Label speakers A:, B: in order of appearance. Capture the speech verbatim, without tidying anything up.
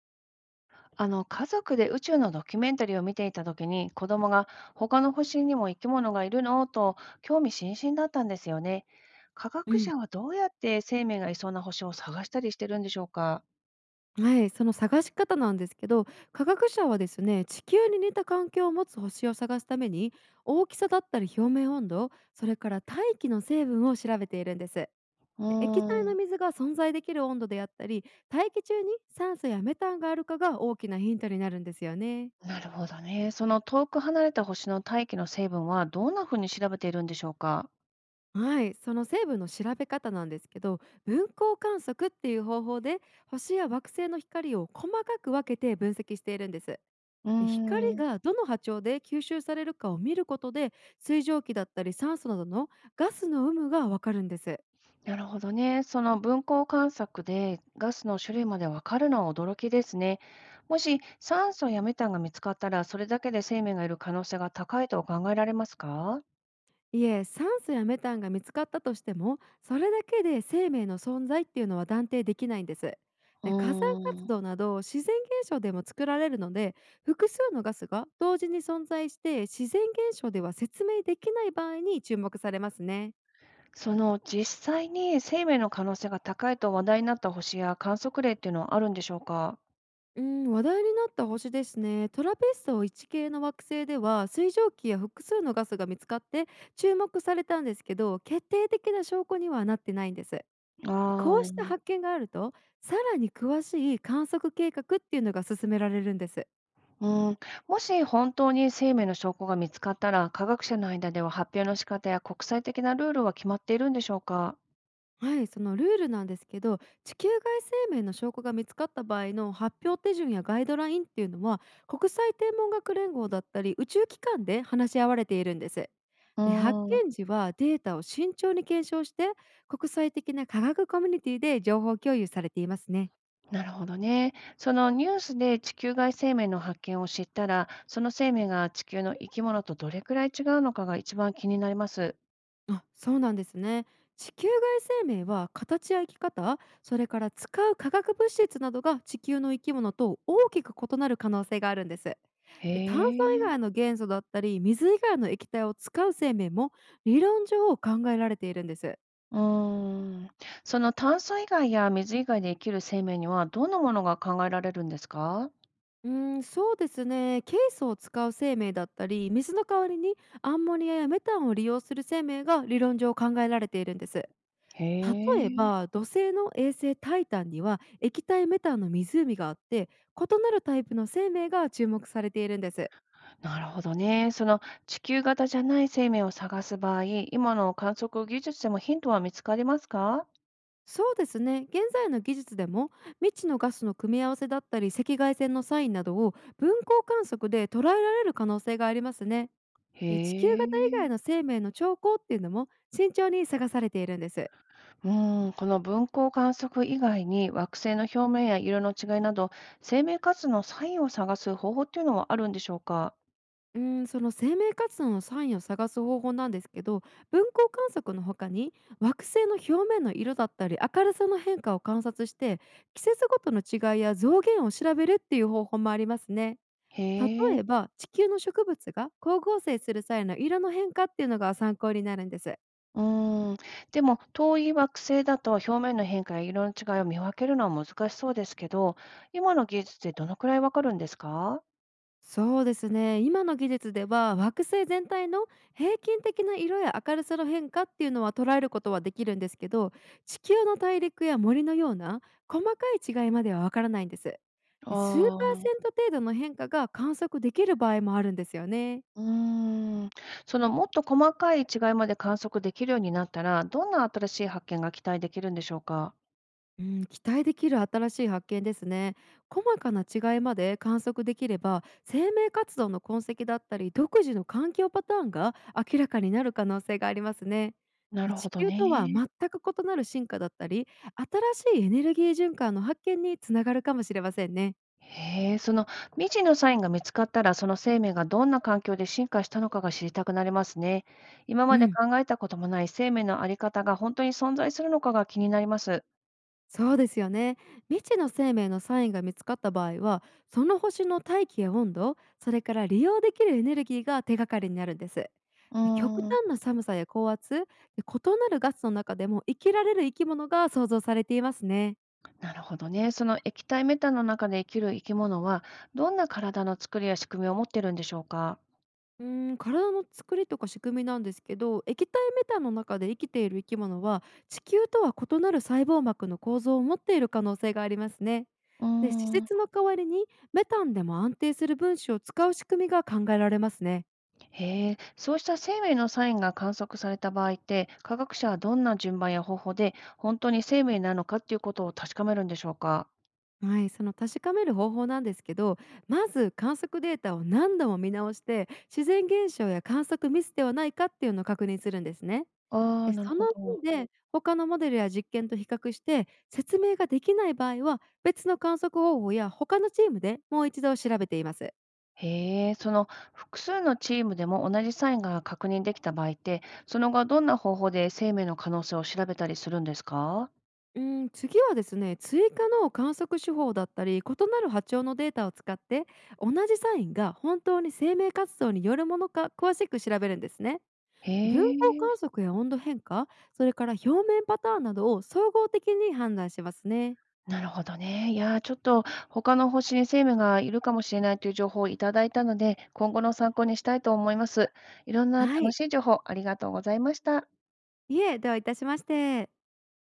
A: あの家族で宇宙のドキュメンタリーを見ていた時に子供が他の星にも生き物がいるのと興味津々だったんですよね。科
B: う
A: 学
B: ん、
A: 者はどうやって生命がいそうな星を探したりしてるんでしょうか？
B: はい、その探し方なんですけど、科学者はですね、地球に似た環境を持つ星を探すために、大きさだったり表面温度、それから大気の成分を調べているんです。
A: う
B: 液体
A: ー
B: の
A: ん、
B: 水が存在できる温度であったり、大気中に酸素やメタンがあるかが大きなヒントになるんですよね。
A: なるほどね。その遠く離れた星の大気の成分はどんなふうに調べているんでしょうか。
B: はい、その成分の調べ方なんですけど、分光観測っていう方法で星や惑星の光を細かく分けて分析しているんです。
A: うー
B: 光
A: ん、
B: がどの波長で吸収されるかを見ることで水蒸気だったり酸素などのガスの有無がわかるんです。
A: なるほどね。その分光観察でガスの種類までわかるのは驚きですね。もし酸素やメタンが見つかったら、それだけで生命がいる可能性が高いと考えられますか？
B: いえ、酸素やメタンが見つかったとしてもそれだけで生命の存在っていうのは断定できないんです。
A: う
B: で火山
A: ー
B: 活
A: ん、
B: 動など自然現象でも作られるので、複数のガスが同時に存在して自然現象では説明できない場合に注目されますね。
A: その実際に生命の可能性が高いと話題になった星や観測例っていうのはあるんでしょうか？
B: うん、話題になった星ですね。トラペストいち系の惑星では水蒸気や複数のガスが見つかって注目されたんですけど、決定的な証拠にはなってないんです。
A: あ
B: こうした
A: ー、
B: 発見があると、さらに詳しい観測計画っていうのが進められるんです。
A: うん、もし本当に生命の証拠が見つかったら、科学者の間では発表の仕方や国際的なルールは決まっているんでしょうか？
B: はい、そのルールなんですけど、地球外生命の証拠が見つかった場合の発表手順やガイドラインっていうのは、国際天文学連合だったり宇宙機関で話し合われているんです。
A: う
B: で発
A: ーん、
B: 見時はデータを慎重に検証して、国際的な科学コミュニティで情報共有されていますね。
A: なるほどね。そのニュースで地球外生命の発見を知ったら、その生命が地球の生き物とどれくらい違うのかが一番気になります。
B: あ、そうなんですね。地球外生命は形や生き方、それから使う化学物質などが地球の生き物と大きく異なる可能性があるんです。
A: へ
B: で炭素以
A: え。
B: 外の元素だったり、水以外の液体を使う生命も理論上考えられているんです。
A: うーん。その炭素以外や水以外で生きる生命にはどんなものが考えられるんですか？
B: うーん、そうですね。ケイ素を使う生命だったり、水の代わりにアンモニアやメタンを利用する生命が理論上考えられているんです。
A: へ
B: 例え
A: え。
B: ば土星の衛星タイタンには液体メタンの湖があって、異なるタイプの生命が注目されているんです。
A: なるほどね。その地球型じゃない生命を探す場合、今の観測技術でもヒントは見つかりますか？
B: そうですね、現在の技術でも未知のガスの組み合わせだったり赤外線のサインなどを分光観測で捉えられる可能性がありますね。
A: へ
B: え地球型以外
A: え。
B: の生命の兆候っていうのも慎重に探されているんです。
A: うーん、この分光観測以外に惑星の表面や色の違いなど生命活動のサインを探す方法っていうのはあるんでしょうか？
B: うん、その生命活動のサインを探す方法なんですけど、分光観測の他に惑星の表面の色だったり明るさの変化を観察して、季節ごとの違いや増減を調べるっていう方法もありますね。
A: へえ。
B: 例えば地球の植物が光合成する際の色の変化っていうのが参考になるんです。
A: うーん。でも遠い惑星だと表面の変化や色の違いを見分けるのは難しそうですけど、今の技術でどのくらいわかるんですか？
B: そうですね、今の技術では惑星全体の平均的な色や明るさの変化っていうのは捉えることはできるんですけど、地球の大陸や森のような細かい違いまではわからないんです。で数パー
A: あ
B: セ
A: あ、
B: ント程度の変化が観測できる場合もあるんですよね。
A: うーん。そのもっと細かい違いまで観測できるようになったら、どんな新しい発見が期待できるんでしょうか？
B: うん、期待できる新しい発見ですね。細かな違いまで観測できれば、生命活動の痕跡だったり、独自の環境パターンが明らかになる可能性がありますね。
A: な
B: で
A: るほ
B: 地
A: ど
B: 球とは
A: ね。
B: 全く異なる進化だったり、新しいエネルギー循環の発見につながるかもしれませんね。
A: へえ、その未知のサインが見つかったら、その生命がどんな環境で進化したのかが知りたくなりますね。今
B: う
A: まで
B: ん。
A: 考えたこともない生命のあり方が本当に存在するのかが気になります。
B: そうですよね。未知の生命のサインが見つかった場合は、その星の大気や温度、それから利用できるエネルギーが手がかりになるんです。
A: うー
B: で極
A: ん、
B: 端な寒さや高圧、で異なるガスの中でも生きられる生き物が想像されていますね。
A: なるほどね。その液体メタンの中で生きる生き物は、どんな体の作りや仕組みを持ってるんでしょうか？
B: うーん、体の作りとか仕組みなんですけど、液体メタンの中で生きている生き物は、地球とは異なる細胞膜の構造を持っている可能性がありますね。
A: うー
B: で、施
A: ん。
B: 設の代わりにメタンでも安定する分子を使う仕組みが考えられますね。
A: へえ、そうした生命のサインが観測された場合って、科学者はどんな順番や方法で本当に生命なのかっていうことを確かめるんでしょうか？
B: はい、その確かめる方法なんですけど、まず観測データを何度も見直して、自然現象や観測ミスではないかっていうのを確認するんですね。
A: ああ
B: で、
A: ー、なる
B: そ
A: ほ
B: の上
A: ど。
B: で、他のモデルや実験と比較して、説明ができない場合は、別の観測方法や他のチームでもう一度調べています。
A: へえ、その複数のチームでも同じサインが確認できた場合って、その後どんな方法で生命の可能性を調べたりするんですか？
B: うん、次はですね、追加の観測手法だったり、異なる波長のデータを使って、同じサインが本当に生命活動によるものか詳しく調べるんですね。
A: へ
B: 分光
A: え、
B: 観測や温度変化、それから表面パターンなどを総合的に判断しますね。
A: なるほどね。いやー、ちょっと他の星に生命がいるかもしれないという情報をいただいたので、今後の参考にしたいと思います。いろんな
B: は
A: 楽
B: い。
A: しい情報ありがとうございました。
B: いえ、ではいたしまして。